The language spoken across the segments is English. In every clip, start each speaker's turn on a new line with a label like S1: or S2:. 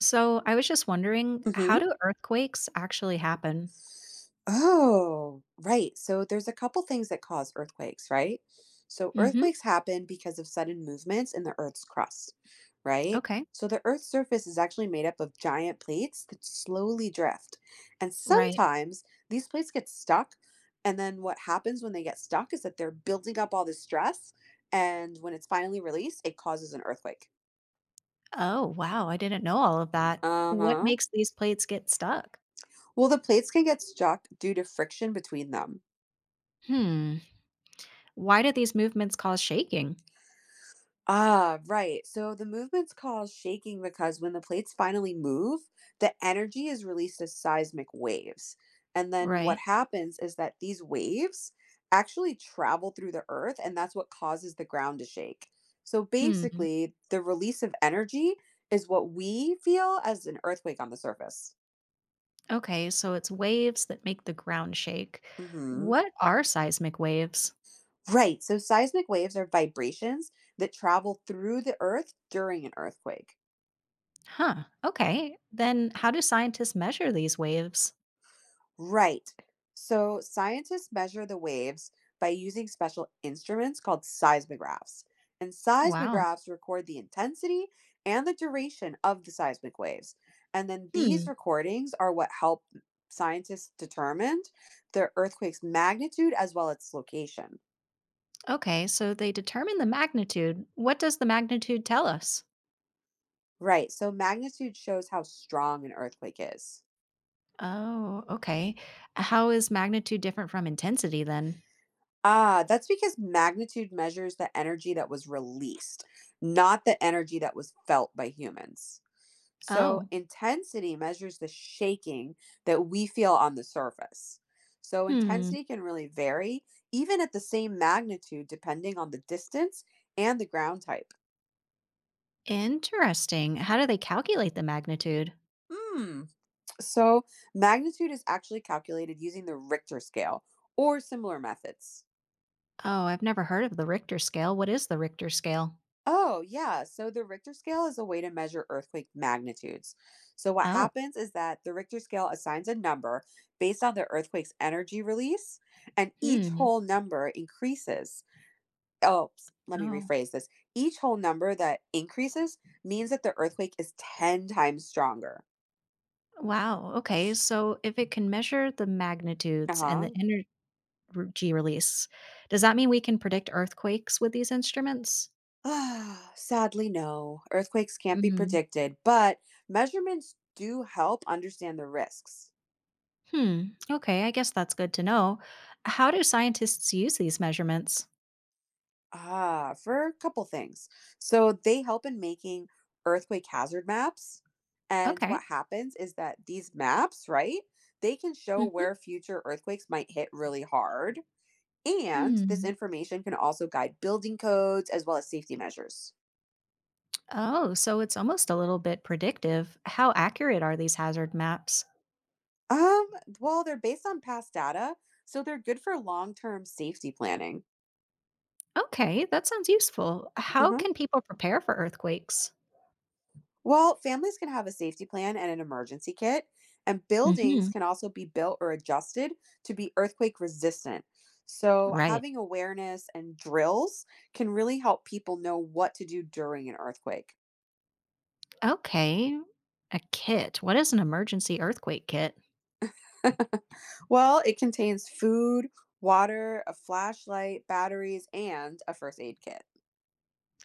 S1: So I was just wondering, how
S2: Mhm.
S1: do earthquakes actually happen?
S2: Oh, right. So there's a couple things that cause earthquakes, right? So
S1: Mm-hmm.
S2: earthquakes happen because of sudden movements in the Earth's crust, right?
S1: Okay.
S2: So the Earth's surface is actually made up of giant plates that slowly drift. And
S1: Right.
S2: sometimes these plates get stuck. And then what happens when they get stuck is that they're building up all this stress. And when it's finally released, it causes an earthquake.
S1: Oh, wow. I didn't know all of that.
S2: Uh
S1: What
S2: huh.
S1: makes these plates get stuck?
S2: Well, the plates can get stuck due to friction between them.
S1: Hmm. Why do these movements cause shaking?
S2: Right. So the movement's called shaking because when the plates finally move, the energy is released as seismic waves. And then what
S1: Right.
S2: happens is that these waves actually travel through the earth, and that's what causes the ground to shake. So
S1: Hmm.
S2: basically, the release of energy is what we feel as an earthquake on the surface.
S1: Okay, so it's waves that make the ground shake.
S2: Hmm.
S1: What are seismic waves?
S2: Right. So seismic waves are vibrations that travel through the earth during an earthquake.
S1: Huh. Okay. Then how do scientists measure these waves?
S2: Right. So scientists measure the waves by using special instruments called seismographs. And
S1: Wow.
S2: seismographs record the intensity and the duration of the seismic waves. And then these
S1: Hmm.
S2: recordings are what help scientists determine the earthquake's magnitude as well as its location.
S1: Okay, so they determine the magnitude. What does the magnitude tell us?
S2: Right. So magnitude shows how strong an earthquake is.
S1: Oh, okay. How is magnitude different from intensity then?
S2: That's because magnitude measures the energy that was released, not the energy that was felt by humans. So,
S1: Oh,
S2: intensity measures the shaking that we feel on the surface. So,
S1: hmm.
S2: intensity can really vary, even at the same magnitude, depending on the distance and the ground type.
S1: Interesting. How do they calculate the magnitude?
S2: Hmm. So, magnitude is actually calculated using the Richter scale or similar methods.
S1: Oh, I've never heard of the Richter scale. What is the Richter scale?
S2: Oh, yeah. So the Richter scale is a way to measure earthquake magnitudes. So what
S1: Oh,
S2: happens is that the Richter scale assigns a number based on the earthquake's energy release, and each
S1: hmm.
S2: whole number increases. Let me
S1: Oh,
S2: rephrase this. Each whole number that increases means that the earthquake is 10 times stronger.
S1: wow. Okay. So if it can measure the magnitudes and the
S2: Uh-huh.
S1: energy release, does that mean we can predict earthquakes with these instruments?
S2: Sadly, no. Earthquakes can't be
S1: Hmm.
S2: predicted, but measurements do help understand the risks.
S1: Hmm. Okay. I guess that's good to know. How do scientists use these measurements?
S2: For a couple things. So they help in making earthquake hazard maps. And what
S1: Okay.
S2: happens is that these maps, right, they can show
S1: Hmm.
S2: where future earthquakes might hit really hard. And this
S1: Mm.
S2: information can also guide building codes as well as safety measures.
S1: Oh, so it's almost a little bit predictive. How accurate are these hazard maps?
S2: Um, well, they're based on past data, so they're good for long-term safety planning.
S1: Okay, that sounds useful. How
S2: Uh-huh.
S1: can people prepare for earthquakes?
S2: Well, families can have a safety plan and an emergency kit, and buildings
S1: Hmm.
S2: can also be built or adjusted to be earthquake resistant. So,
S1: Right.
S2: having awareness and drills can really help people know what to do during an earthquake.
S1: Okay. A kit. What is an emergency earthquake kit?
S2: Well, it contains food, water, a flashlight, batteries, and a first aid kit.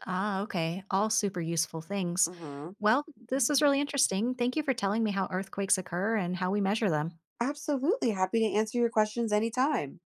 S1: Ah, okay. All super useful things.
S2: Hmm.
S1: Well, this is really interesting. Thank you for telling me how earthquakes occur and how we measure them.
S2: Absolutely. Happy to answer your questions anytime.